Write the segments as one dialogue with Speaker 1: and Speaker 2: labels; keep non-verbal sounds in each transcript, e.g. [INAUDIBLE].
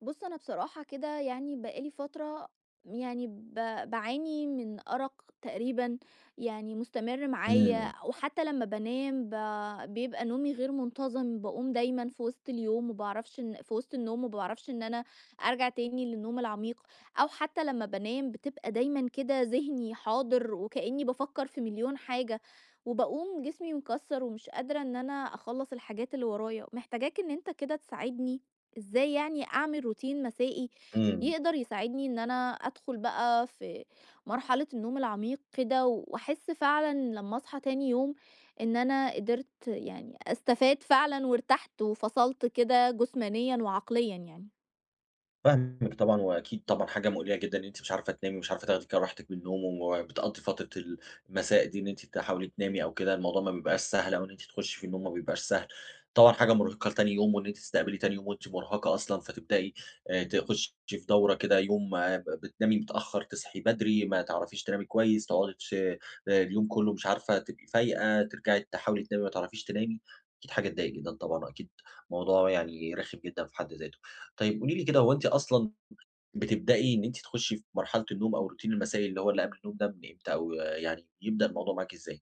Speaker 1: بُص، أنا بصراحة كده يعني بقى لي فترة يعني باعاني من أرق تقريبًا يعني مستمر معايا،
Speaker 2: إمم،
Speaker 1: وحتى لمّا بانام بيبقى نومي غير منتظم، باقوم دايمًا في وسط اليوم وما باعرفش إن في وسط النوم وما باعرفش إن أنا أرجع تاني للنوم العميق، أو حتى لمّا بانام بتبقى دايمًا كده ذهني حاضر وكأني بافكر في مليون حاجة، وباقوم جسمي مكسّر ومش قادرة إن أنا أخلّص الحاجات اللي ورايا، محتاجاك إن أنت كده تساعدني إزاي يعني أعمل روتين مسائي
Speaker 2: إمم،
Speaker 1: يقدر يساعدني إن أنا أدخل بقى في مرحلة النوم العميق كده وأحس فعلا لما أصحى تاني يوم إن أنا قدرت يعني أستفاد فعلا وارتحت وفصلت كده جسمانيا وعقليا يعني.
Speaker 2: فاهمِك طبعًا، وأكيد طبعًا حاجة مؤلمة جدًا إن أنتِ مش عارفة تنامي، ومش عارفة تاخدي كده راحتِك من النوم، وبتقضّي فترة المساء دي إن أنتِ تحاولي تنامي أو كده. الموضوع ما بيبقاش سهل، أو إن أنتِ تخشي في النوم ما بيبقاش سهل، طبعًا حاجة مرهقة لتاني يوم، وإن أنتِ تستقبلي تاني يوم وأنتِ مرهقة أصلًا، فتبدئي تخشي في دورة كده يوم، بتنامي متأخر، تصحي بدري، ما تعرفيش تنامي كويس، تقعدي تش آه، اليوم كله مش عارفة تبقي فايقة، ترجعي تحاولي تنامي ما تعرفيش تنامي، أكيد حاجة تضايق جدًا طبعًا، وأكيد موضوع يعني رخم جدًا في حد ذاته. طيب قولي لي كده، هو أنتِ أصلًا بتبدئي إن أنتِ تخشي في مرحلة النوم أو روتين المسائي اللي هو اللي قبل النوم ده من إمتى، أو يعني بيبدأ الموضوع معاكِ إزاي؟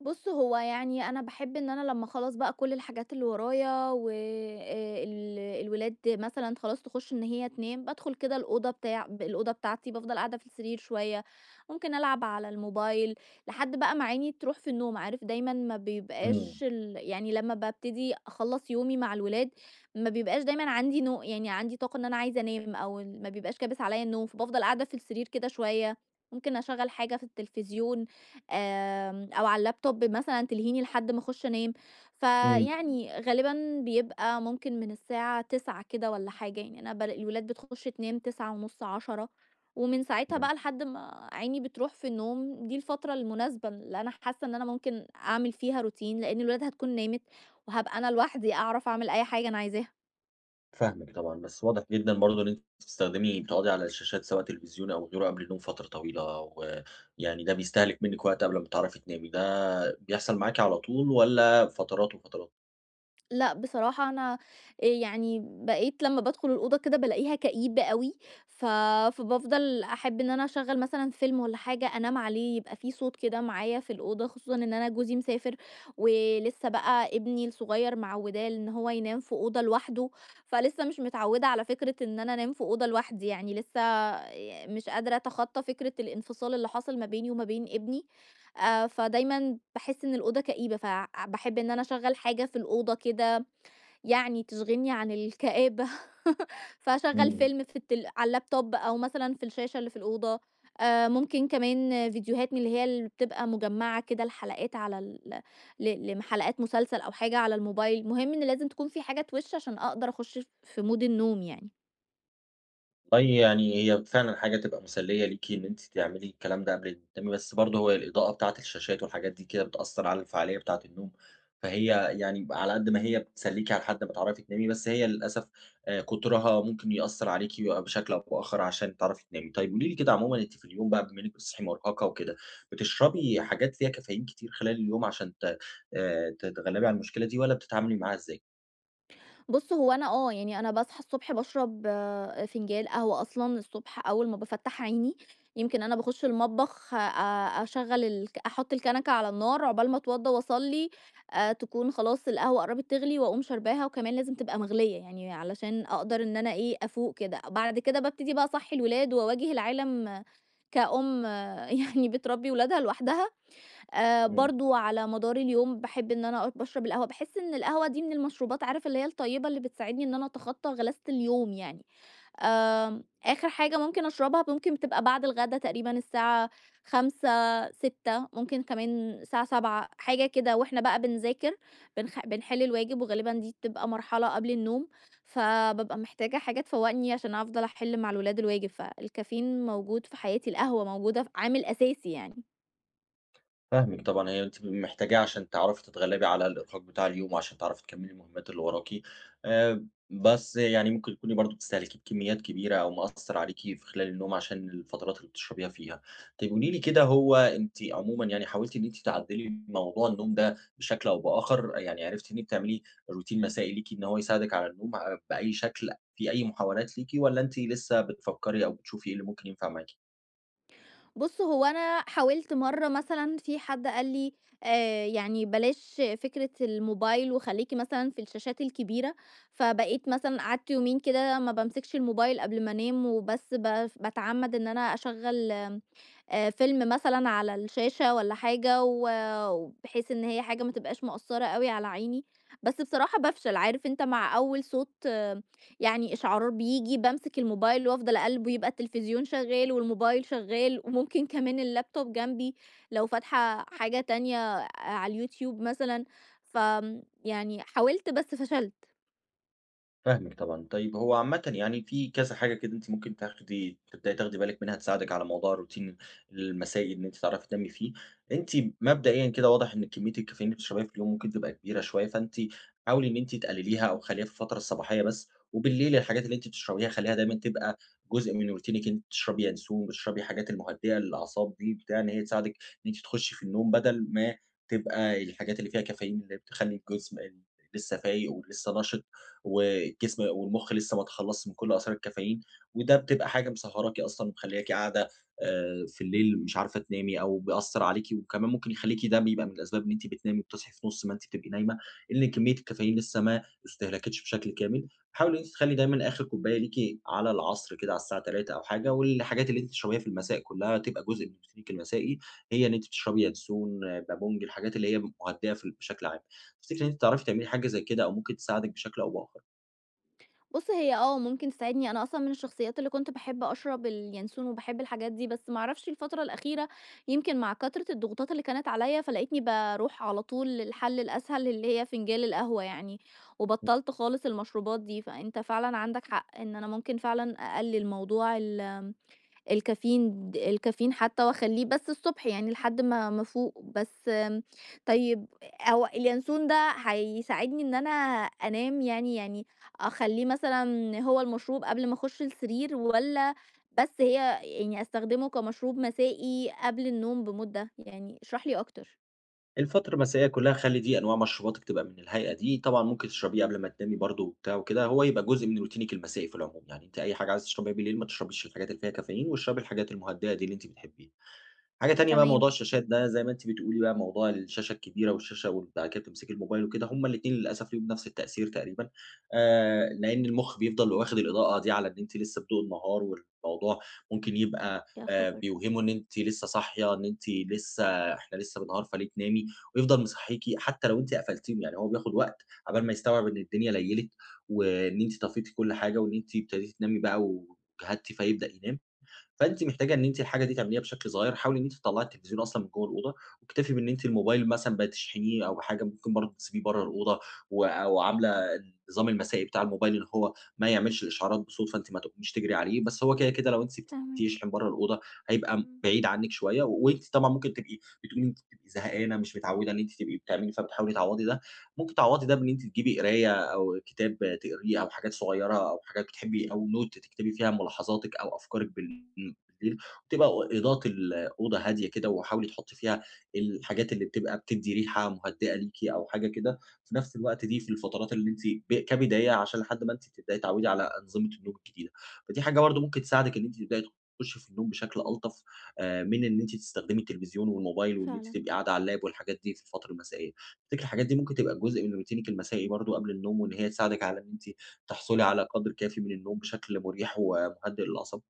Speaker 1: بُص، هو يعني أنا باحب إن أنا لمّا خلاص بقى كل الحاجات اللي ورايا و ال الولاد مثلًا خلاص تخُش إن هي تنام، بادخُل كده الأوضة بتاعتي، بافضل قاعدة في السرير شوية، ممكن ألعب على الموبايل لحد بقى ما عيني تروح في النوم، عارف دايمًا ما بيبقاش
Speaker 2: إمم،
Speaker 1: يعني لمّا بابتدي أخلّص يومي مع الولاد، ما بيبقاش دايمًا عندي يعني عندي طاقة إن أنا عايزة أنام أو ما بيبقاش كابس عليّا النوم، فبافضل قاعدة في السرير كده شوية، ممكن أشغّل حاجة في التلفزيون. أو على اللابتوب مثلًا تلهيني لحد ما أخش أنام،
Speaker 2: إمم،
Speaker 1: فيعني غالبًا بيبقى ممكن من الساعة 09:00 كده والّا حاجة، يعني أنا الولاد بتخش تنام 09:30، 10:00، ومن ساعتها
Speaker 2: إمم،
Speaker 1: بقى لحد ما عيني بتروح في النوم، دي الفترة المناسبة اللي أنا حاسة إن أنا ممكن أعمل فيها روتين، لإن الولاد هتكون نامت وهابقى أنا لوحدي أعرف أعمل أي حاجة أنا عايزاها.
Speaker 2: فاهمِك طبعًا. بس واضح جدًا برضه إن أنتِ بتستخدمي بتقعدي على الشاشات سواء تلفزيون أو غيره قبل النوم فترة طويلة، ويعني ده بيستهلك منِّك وقت قبل ما تعرفي تنامي. ده بيحصل معاكِ على طول والّا فترات وفترات؟
Speaker 1: لأ، بصراحة أنا يعني بقيت لمّا بادخل الأوضة كده بالاقيها كئيبة أوي، ف فبافضل أحب إن أنا أشغّل مثلًا فيلم والّا حاجة أنام عليه، يبقى في صوت كده معايا في الأوضة، خصوصًا إن أنا جوزي مسافر، ولسه بقى ابني الصغير معوّداه إن هو ينام في أوضة لوحده، فلسه مش متعوّدة على فكرة إن أنا أنام في أوضة لوحدي، يعني لسه مش قادرة أتخطى فكرة الانفصال اللي حصل ما بيني وما بين ابني، فدايمًا باحس إن الأوضة كئيبة، باحب إن أنا أشغّل حاجة في الأوضة كده يعني تشغلني عن الكآبة. [LAUGHS] فاشغّل
Speaker 2: إمم.
Speaker 1: فيلم في التل على اللابتوب أو مثلًا في الشاشة اللي في الأوضة، ممكن كمان فيديوهات من اللي هي اللي بتبقى مجمّعة كده الحلقات على ال ل ل حلقات مسلسل أو حاجة على الموبايل، المهم إن لازم تكون في حاجة تِوِش عشان أقدر أخُش في مود النوم يعني.
Speaker 2: والله يعني هي فعلًا حاجة تبقى مسلية ليكِ إن أنتِ تعملي الكلام ده قبل النوم، تمام، بس برضه هو الإضاءة بتاعة الشاشات والحاجات دي كده بتأثّر على الفعالية بتاعة النوم، فهي يعني على قد ما هي بتسليكِ على حد ما تعرفي تنامي، بس هي للأسف كترها ممكن يأثّر عليكِ بشكل أو بآخر عشان تعرفي تنامي. طيب قولي لي كده، عمومًا أنتِ في اليوم بقى بما إنِّك بتصحي مرهقة وكده، بتشربي حاجات فيها كافيين كتير خلال اليوم عشان ت تتغلبي على المشكلة دي، والّا بتتعاملي معاها إزاي؟
Speaker 1: بُص هو أنا آه، يعني أنا باصحى الصبح باشرب فنجان قهوة أصلًا الصبح أول ما بافتّح عيني، يمكن أنا باخش المطبخ أشغّل الك أحط الكنكة على النار عقبال ما أتوضّى وأصلّي، تكون خلاص القهوة قرّبت تغلي وأقوم شارباها وكمان لازم تبقى مغلية، يعني علشان أقدر إن أنا إيه، أفوق كده. بعد كده بابتدي بقى أصحّي الولاد وأواجه العالم آه، كأم آه، [LAUGHS] يعني بتربّي ولادها لوحدها،
Speaker 2: إمم.
Speaker 1: برضه على مدار اليوم باحب إن أنا باشرب القهوة، باحس إن القهوة دي من المشروبات عارف اللي هي الطيبة اللي بتساعدني إن أنا أتخطى غلاسة اليوم يعني. آخر حاجة ممكن أشربها ممكن بتبقى بعد الغدا تقريبًا الساعة 17:00، 18:00 ممكن كمان الساعة 19:00 حاجة كده، وإحنا بقى بنذاكر بنحل الواجب وغالبًا دي بتبقى مرحلة قبل النوم، فبابقى محتاجة حاجة تفوّقني عشان أفضل أحل مع الولاد الواجب، فالكافيين موجود في حياتي، القهوة موجودة عامل أساسي يعني.
Speaker 2: فاهمِك طبعًا، هي أنتِ محتاجاه عشان تعرفي تتغلبي على الإرهاق بتاع اليوم، وعشان تعرفي تكمّلي المهمات اللي وراكِ، بس يعني ممكن تكوني برضه بتستهلكيه بكميات كبيرة، أو مأثّر عليكِ في خلال النوم عشان الفترات اللي بتشربيها فيها. طيب قولي لي كده، هو أنتِ عمومًا يعني حاولتِ إن أنتِ تعدّلي موضوع النوم ده بشكل أو بآخر، يعني عرفتِ إن أنتِ تعملي روتين مسائي ليكِ إن هو يساعدِك على النوم بأي شكل، في أي محاولات ليكِ، والّا أنتِ لسه بتفكّري أو بتشوفي إيه اللي ممكن ينفع معاكِ؟
Speaker 1: بُص، هو أنا حاولت مرّة مثلًا في حد قال لي يعني بلاش فكرة الموبايل وخلّيكِ مثلًا في الشاشات الكبيرة، فبقيت مثلًا قعدت يومين كده ما بامسكش الموبايل قبل ما أنام وبس باتعمّد إن أنا أشغّل آمم فيلم مثلًا على الشاشة والّا حاجة وبحيث إن هي حاجة ما تبقاش مأثّرة أوي على عيني، بس بصراحة بافشل، عارف أنت مع أول صوت يعني إشعارات بييجي، بامسك الموبايل وأفضل أقلِّب ويبقى التلفزيون شغّال والموبايل شغّال وممكن كمان الlaptop جنبي لو فاتحة حاجة تانية على اليوتيوب مثلًا، يعني حاولت بس فشلت.
Speaker 2: فاهمِك طبعًا. طيب هو عامةً يعني في كذا حاجة كده أنتِ ممكن تاخدي تبدئي تاخدي بالِك منها تساعدِك على موضوع الروتين المسائي إن أنتِ تعرفي تنامي فيه. أنتِ مبدئيًا كده واضح إن كمية الكافيين اللي بتشربيها في اليوم ممكن تبقى كبيرة شوية، فأنتِ حاولي إن أنتِ تقلليها أو خلّيها في الفترة الصباحية بس، وبالليل الحاجات اللي أنتِ بتشربيها خلّيها دايمًا تبقى جزء من روتينِك. أنتِ بتشربي ينسون، بتشربي الحاجات المهدئة للأعصاب دي بتاع، إن هي تساعدِك إن أنتِ تخشي في النوم بدل ما تبقى الحاجات اللي فيها كافيين اللي بتخلّي الجسم لسه فايق ولسه نشط، والجسم والمُخ لسه ما تخلّصش من كل آثار الكافيين، وده بتبقى حاجة مسهّراكِ أصلًا ومخلّياكِ قاعدة في الليل مش عارفة تنامي أو بيأثّر عليكِ، وكمان ممكن يخلّيكِ، ده بيبقى من الأسباب إن أنتِ بتنامي وبتصحي في نُص ما أنتِ بتبقي نايمة، إن كمية الكافيين لسه ما استهلكتش بشكل كامل. حاولي إن أنتِ تخلّي دايمًا آخر كوباية ليكِ على العصر كده على الساعة 15:00 أو حاجة، والحاجات اللي أنتِ بتشربيها في المساء كلّها تبقى جزء من روتينِك المسائي، هي إن أنتِ بتشربي ينسون، آه، بابونج، الحاجات اللي هي مهدّئة في ال بشكل عام. تفتكري إن أنتِ تعرفي تعملي حاجة زي كده أو ممكن تساعدِك بشكل أو بآخر؟
Speaker 1: بُص هي آه، ممكن تساعدني، أنا أصلًا من الشخصيات اللي كنت باحب أشرب اليانسون وباحب الحاجات دي، بس ما أعرفش الفترة الأخيرة يمكن مع كترة الضغوطات اللي كانت عليَّ، فلقيتني باروح على طول للحل الأسهل اللي هي فنجان القهوة يعني، وبطّلت خالص المشروبات دي، فأنت فعلًا عندك حق إن أنا ممكن فعلًا أقلل موضوع الكافيين حتى وأخلّيه بس الصبح يعني لحد ما أفوق، بس طيب هو اليانسون ده هيساعدني إن أنا أنام يعني أخلّيه مثلًا هو المشروب قبل ما أخُش السرير والّا بس هي يعني أستخدمه كمشروب مسائي قبل النوم بمدة؟ يعني اشرح لي أكتر.
Speaker 2: الفترة المسائية كلّها خلّي دي أنواع مشروباتِك تبقى من الهيئة دي، طبعًا ممكن تشربيه قبل ما تنامي برضه وبتاع وكده، هو يبقى جزء من روتينِك المسائي في العموم، يعني أنتِ أي حاجة عايزة تشربيها بالليل ما تشربيش الحاجات اللي فيها كافيين، واشربي الحاجات المهدئة دي اللي أنتِ بتحبيها. حاجة تانية بقى
Speaker 1: تمام،
Speaker 2: موضوع الشاشات ده، زي ما أنتِ بتقولي، بقى موضوع الشاشة الكبيرة والشاشة وبعد كده بتمسكي الموبايل وكده، هُم الاتنين للأسف ليهم نفس التأثير تقريبًا، لإن المُخ بيفضل واخد الإضاءة دي على إن أنتِ لسه بضوء النهار، والموضوع ممكن يبقى
Speaker 1: يا خبر!
Speaker 2: بيوهمه إن أنتِ لسه صاحية، إن أنتِ لسه إحنا لسه بالنهار فليه تنامي، ويفضل مصحّيكِ حتى لو أنتِ قفلتيه، يعني هو بياخد وقت عقبال ما يستوعب إن الدنيا ليّلت، وإن أنتِ طفيتِ كل حاجة، وإن أنتِ ابتديتِ تنامي بقى وجهدتِ فيبدأ ينام. فأنتِ محتاجة إن أنتِ الحاجة دي تعمليها بشكل صغير، حاولي إن أنتِ تطلّعي التلفزيون أصلًا من جوّه الأوضة، واكتفي بإن أنتِ الموبايل مثلًا بتشحنيه أو حاجة ممكن برضه تسيبيه برّه الأوضة، أو عاملة النظام المسائي بتاع الموبايل إن هو ما يعملش الإشعارات بصوت، فأنتِ ما تقوميش تجري عليه، بس هو كده، لو أنتِ سِبتيه
Speaker 1: فاهماك،
Speaker 2: يشحن برّه الأوضة هيبقى
Speaker 1: إمم،
Speaker 2: بعيد عنِّك شوية، وأنتِ طبعًا ممكن تبقي بتقولي إن أنتِ بتبقي زهقانة مش متعودة إن أنتِ تبقي بتعملي، فبتحاولي تعوّضي ده، ممكن تعوّضي ده بإن أنتِ تجيبي قراية أو كتاب تقريه أو حاجات صغيرة أو حاجات بتحبي أو note تكتبي فيها ملاحظاتِك أو أفكارِك بالليل، وتبقى إضاءة الأوضة هادية كده، وحاولي تحُطّي فيها الحاجات اللي بتبقى بتدّي ريحة مهدّئة ليكِ أو حاجة كده، في نفس الوقت دي في الفترات اللي أنتِ كبداية عشان لحد ما أنتِ تبدئي تعوّدي على أنظمة النوم الجديدة. فدي حاجة برضه ممكن تساعدِك إن أنتِ تبدئي تخُشّي في النوم بشكل ألطف من إن أنتِ تستخدمي التلفزيون والموبايل وإن أنتِ
Speaker 1: فعلًا.
Speaker 2: تبقي قاعدة على اللاب والحاجات دي في الفترة المسائية. تفتكري الحاجات دي ممكن تبقى جزء من روتينِك المسائي برضه قبل النوم، وإن هي تساعدِك على إن أنتِ تحصلي على قدْر كافي من النوم بشكل مريح ومهدّئ للأعصاب؟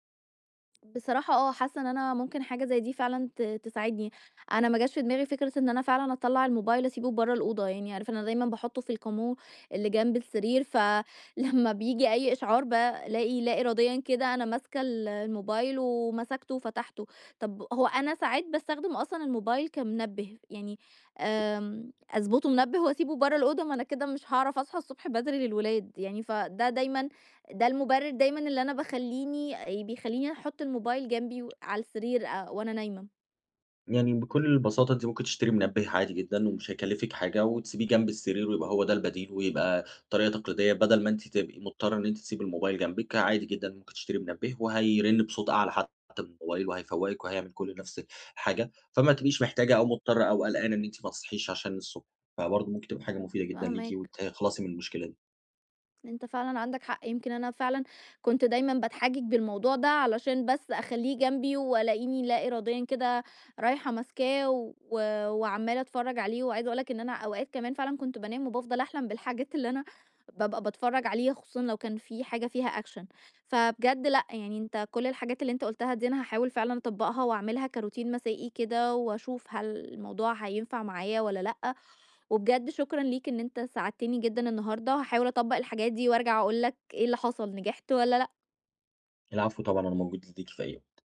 Speaker 1: بصراحة آه، حاسة إن أنا ممكن حاجة زي دي فعلًا تساعدني، أنا ما جاش في دماغي فكرة إن أنا فعلًا أطلّع الموبايل أسيبه برّه الأوضة، يعني عارف أنا دايمًا باحطه في الكومود اللي جنب السرير، فلمّا [LAUGHS] بييجي أي إشعار بالاقي لا إراديًا كده أنا ماسكة الموبايل ومسكته وفتحته، طب هو أنا ساعات باستخدم أصلًا الموبايل كمنبه، يعني أضبطه منبه وأسيبه برّه الأوضة، ما أنا كده مش هاعرف أصحى الصبح بدري للولاد يعني، فده دايمًا ده المبرر دايمًا اللي أنا باخلّيني بيخلّيني أحُط الموبايل جنبي و على السرير وأنا نايمة.
Speaker 2: يعني بكل البساطة أنتِ ممكن تشتري منبه عادي جدًا ومش هيكلّفِك حاجة، وتسيبيه جنب السرير ويبقى هو ده البديل، ويبقى طريقة تقليدية بدل ما أنتِ تبقي مضطرة إن أنتِ تسيبي الموبايل جنبِك، عادي جدًا ممكن تشتري منبه وهيرن بصوت أعلى حتى من الموبايل وهيفوّقِك وهيعمل كل نفْس الحاجة، فما تبقيش محتاجة أو مضطرة أو قلقانة إن أنتِ ما تصحيش عشان الصبح، فبرضه ممكن تبقى حاجة مفيدة جدًا ليكِ
Speaker 1: فاهماك.
Speaker 2: وتخلصي من المشكلة دي.
Speaker 1: أنت فعلًا عندك حق، يمكن أنا فعلًا كنت دايمًا باتحجج بالموضوع ده علشان بس أخلّيه جنبي والاقيني لا إراديًا كده رايحة ماسكاه وعمّالة أتفرّج عليه، وعايزة أقول لك إن أنا أوقات كمان فعلًا كنت بانام وبافضل أحلم بالحاجات اللي أنا بابقى باتفرّج عليها، خصوصًا لو كان في حاجة فيها أكشن. فبجد لأ، يعني أنت كل الحاجات اللي أنت قُلتها دي أنا هاحاول فعلًا أطبّقها واعملها كroutine مسائي كده، واشوف هل الموضوع هينفع معايا والّا لأ. وبجد شكرًا ليك إن أنت ساعدتني جدًا النهارده، هاحاول أطبّق الحاجات دي وأرجع أقول لك إيه اللي حصل، نجحت والّا لأ.
Speaker 2: العفو طبعًا، أنا موجود ليكِ في أي وقت.